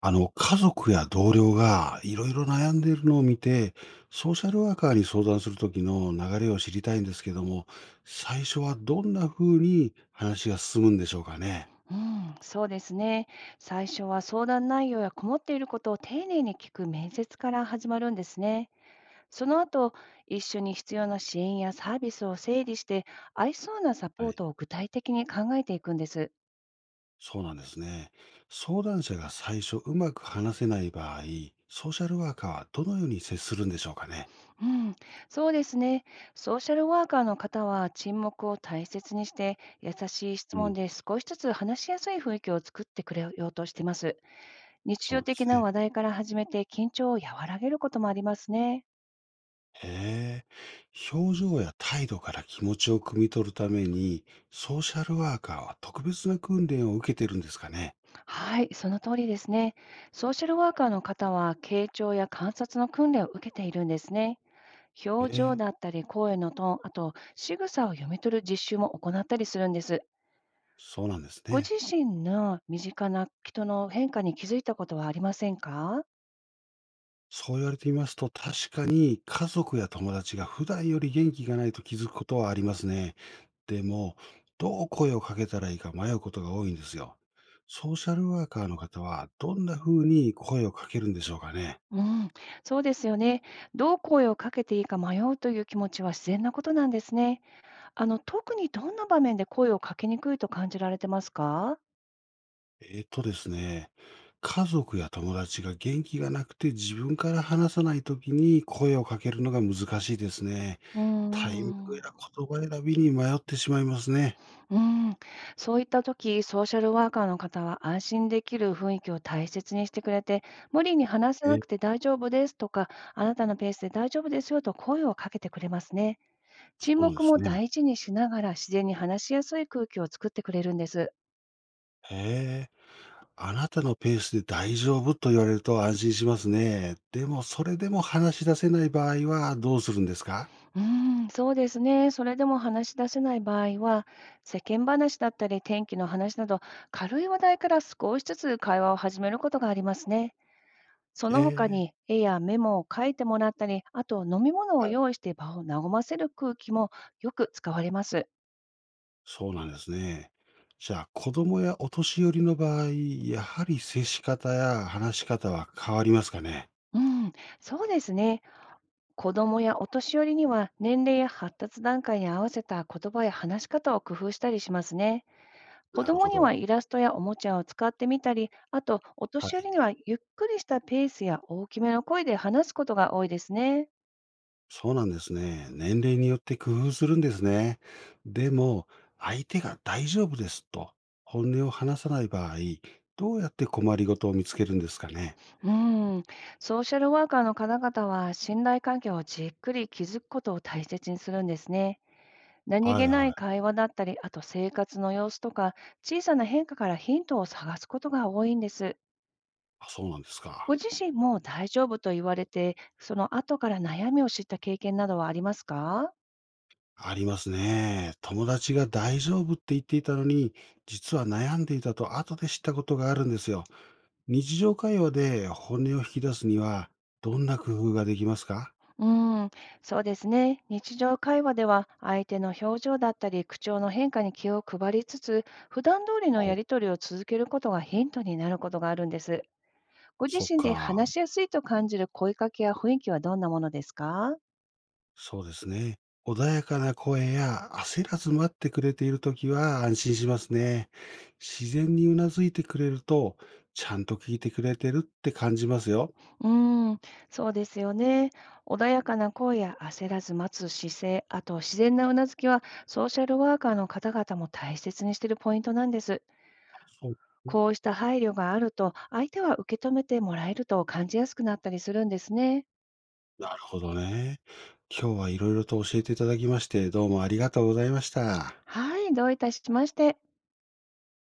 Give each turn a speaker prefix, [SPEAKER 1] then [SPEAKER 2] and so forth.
[SPEAKER 1] 家族や同僚がいろいろ悩んでいるのを見て、ソーシャルワーカーに相談するときの流れを知りたいんですけども、最初はどんな風に話が進むんでしょうかね。
[SPEAKER 2] うん、そうですね。最初は相談内容や困っていることを丁寧に聞く面接から始まるんですね。その後、一緒に必要な支援やサービスを整理して、合いそうなサ
[SPEAKER 1] は
[SPEAKER 2] ポー
[SPEAKER 1] い。
[SPEAKER 2] トを具体的に考えていくんです。
[SPEAKER 1] そうなんですね。相談者が最初うまく話せない場合、ソーシャルワーカーはどのように接するんでしょうかね。
[SPEAKER 2] うん、そうですね。ソーシャルワーカーの方は沈黙を大切にして、優しい質
[SPEAKER 1] う
[SPEAKER 2] 問
[SPEAKER 1] ん。
[SPEAKER 2] で少しずつ話しやすい雰囲気を作ってくれようとしています。日
[SPEAKER 1] そう
[SPEAKER 2] 常
[SPEAKER 1] なんで
[SPEAKER 2] 的
[SPEAKER 1] す
[SPEAKER 2] な
[SPEAKER 1] ね。
[SPEAKER 2] 話題から始めて緊張を和らげることもありますね。
[SPEAKER 1] へえ。表情や態度から気持ちを汲み取るために、ソーシャルワーカーは特別な訓練を受けてるんですかね。
[SPEAKER 2] はい、その通りですね。ソーシャルワーカーの方は、傾聴や観察の訓練を受けているんですね。
[SPEAKER 1] え
[SPEAKER 2] 表情
[SPEAKER 1] え、
[SPEAKER 2] だったり、声のトーン、あと、仕草を読み取る実習も行ったりするんです。
[SPEAKER 1] そうなんです
[SPEAKER 2] ご
[SPEAKER 1] ね。
[SPEAKER 2] 自身の身近な人の変化に気づいたことはありませんか？
[SPEAKER 1] そう言われてみますと、確かに家族や友達が普段より元気がないと気づくことはありますね。でも、どう声をかけたらいいか迷うことが多いんですよ。ソーシャルワーカーの方は、どんな風に声をかけるんでしょうかね。
[SPEAKER 2] うん、そうですよね。どう声をかけていいか迷うという気持ちは自然なことなんですね。あの、特にどんな場面で声をかけにくいと感じられてますか？
[SPEAKER 1] えっとですね、家族や友達が元気がなくて自分から話さないときに声をかけるのが難しいですね。
[SPEAKER 2] うー
[SPEAKER 1] タイミングや
[SPEAKER 2] ん。
[SPEAKER 1] 言葉選びに迷ってしまいますね。
[SPEAKER 2] うん、そういった時、ソーシャルワーカーの方は安心できる雰囲気を大切にしてくれて、無理に話さな
[SPEAKER 1] え、
[SPEAKER 2] くて大丈夫ですとか、あなたのペースで大丈夫ですよと声をかけてくれますね。
[SPEAKER 1] そ
[SPEAKER 2] 沈
[SPEAKER 1] うなんで
[SPEAKER 2] 黙
[SPEAKER 1] す
[SPEAKER 2] も
[SPEAKER 1] ね。
[SPEAKER 2] 大事にしながら自然に話しやすい空気を作ってくれるんです。
[SPEAKER 1] へえ。あなたのペースで大丈夫と言われると安心しますね。でも、それでも話し出せない場合はどうするんですか？
[SPEAKER 2] うん、そうですね。それでも話し出せない場合は、世間話だったり天気の話など、軽い話題から少しずつ会話を始めることがありますね。その他
[SPEAKER 1] ええ、
[SPEAKER 2] に絵やメモを書いてもらったり、あと飲み物を
[SPEAKER 1] はい。
[SPEAKER 2] 用意して場を和ませる空気もよく使われます。
[SPEAKER 1] そうなんですね。じゃあ、子供やお年寄りの場合、やはり接し方や話し方は変わりますかね。
[SPEAKER 2] うん、そうですね。子どもやお年寄りには年齢や発達段階に合わせた言葉や話し方を工夫したりしますね。子
[SPEAKER 1] な
[SPEAKER 2] ど
[SPEAKER 1] る
[SPEAKER 2] も
[SPEAKER 1] ほ
[SPEAKER 2] には
[SPEAKER 1] ど。
[SPEAKER 2] イラストやおもちゃを使ってみたり、あとお
[SPEAKER 1] は
[SPEAKER 2] 年寄
[SPEAKER 1] い。
[SPEAKER 2] りにはゆっくりしたペースや大きめの声で話すことが多いですね。
[SPEAKER 1] そうなんですね。年齢によって工夫するんですね。でも、相手が大丈夫ですと本音を話さない場合、どうやって困りごとを見つけるんですかね。
[SPEAKER 2] うん、ソーシャルワーカーの方々は信頼関係をじっくり築くことを大切にするんですね。何
[SPEAKER 1] はい
[SPEAKER 2] 気な
[SPEAKER 1] は
[SPEAKER 2] い
[SPEAKER 1] い。
[SPEAKER 2] 会話だったり、あと生活の様子とか、小さな変化からヒントを探すことが多いんです。
[SPEAKER 1] あ、そうなんです
[SPEAKER 2] ご
[SPEAKER 1] か。
[SPEAKER 2] 自身も大丈夫と言われて、その後から悩みを知った経験などはありますか？
[SPEAKER 1] ありますね。友達が大丈夫って言っていたのに、実は悩んでいたと後で知ったことがあるんですよ。日常会話で本音を引き出すには、どんな工夫ができますか？
[SPEAKER 2] うん、そうですね。日常会話では相手の表情だったり、口調の変化に気を配りつつ、普段通りの
[SPEAKER 1] は
[SPEAKER 2] や
[SPEAKER 1] い。
[SPEAKER 2] り取りを続けることがヒントになることがあるんです。ご自
[SPEAKER 1] そっ
[SPEAKER 2] 身で
[SPEAKER 1] か。
[SPEAKER 2] 話しやすいと感じる声かけや雰囲気はどんなものですか？
[SPEAKER 1] そうですね。穏やかな声や焦らず待ってくれているときは安心しますね。自然にうなずいてくれると、ちゃんと聞いてくれてるって感じますよ。
[SPEAKER 2] うーん、そうですよね。穏やかな声や焦らず待つ姿勢、あと自然なうなずきはソーシャルワーカーの方々も大切にしているポイントなんです。
[SPEAKER 1] あ、そう、
[SPEAKER 2] こうした配慮があると、相手は受け止めてもらえると感じやすくなったりするんですね。
[SPEAKER 1] なるほどね。今日は色々と教えていただきまして、どうもありがとうございました。
[SPEAKER 2] はい、どういたしまして。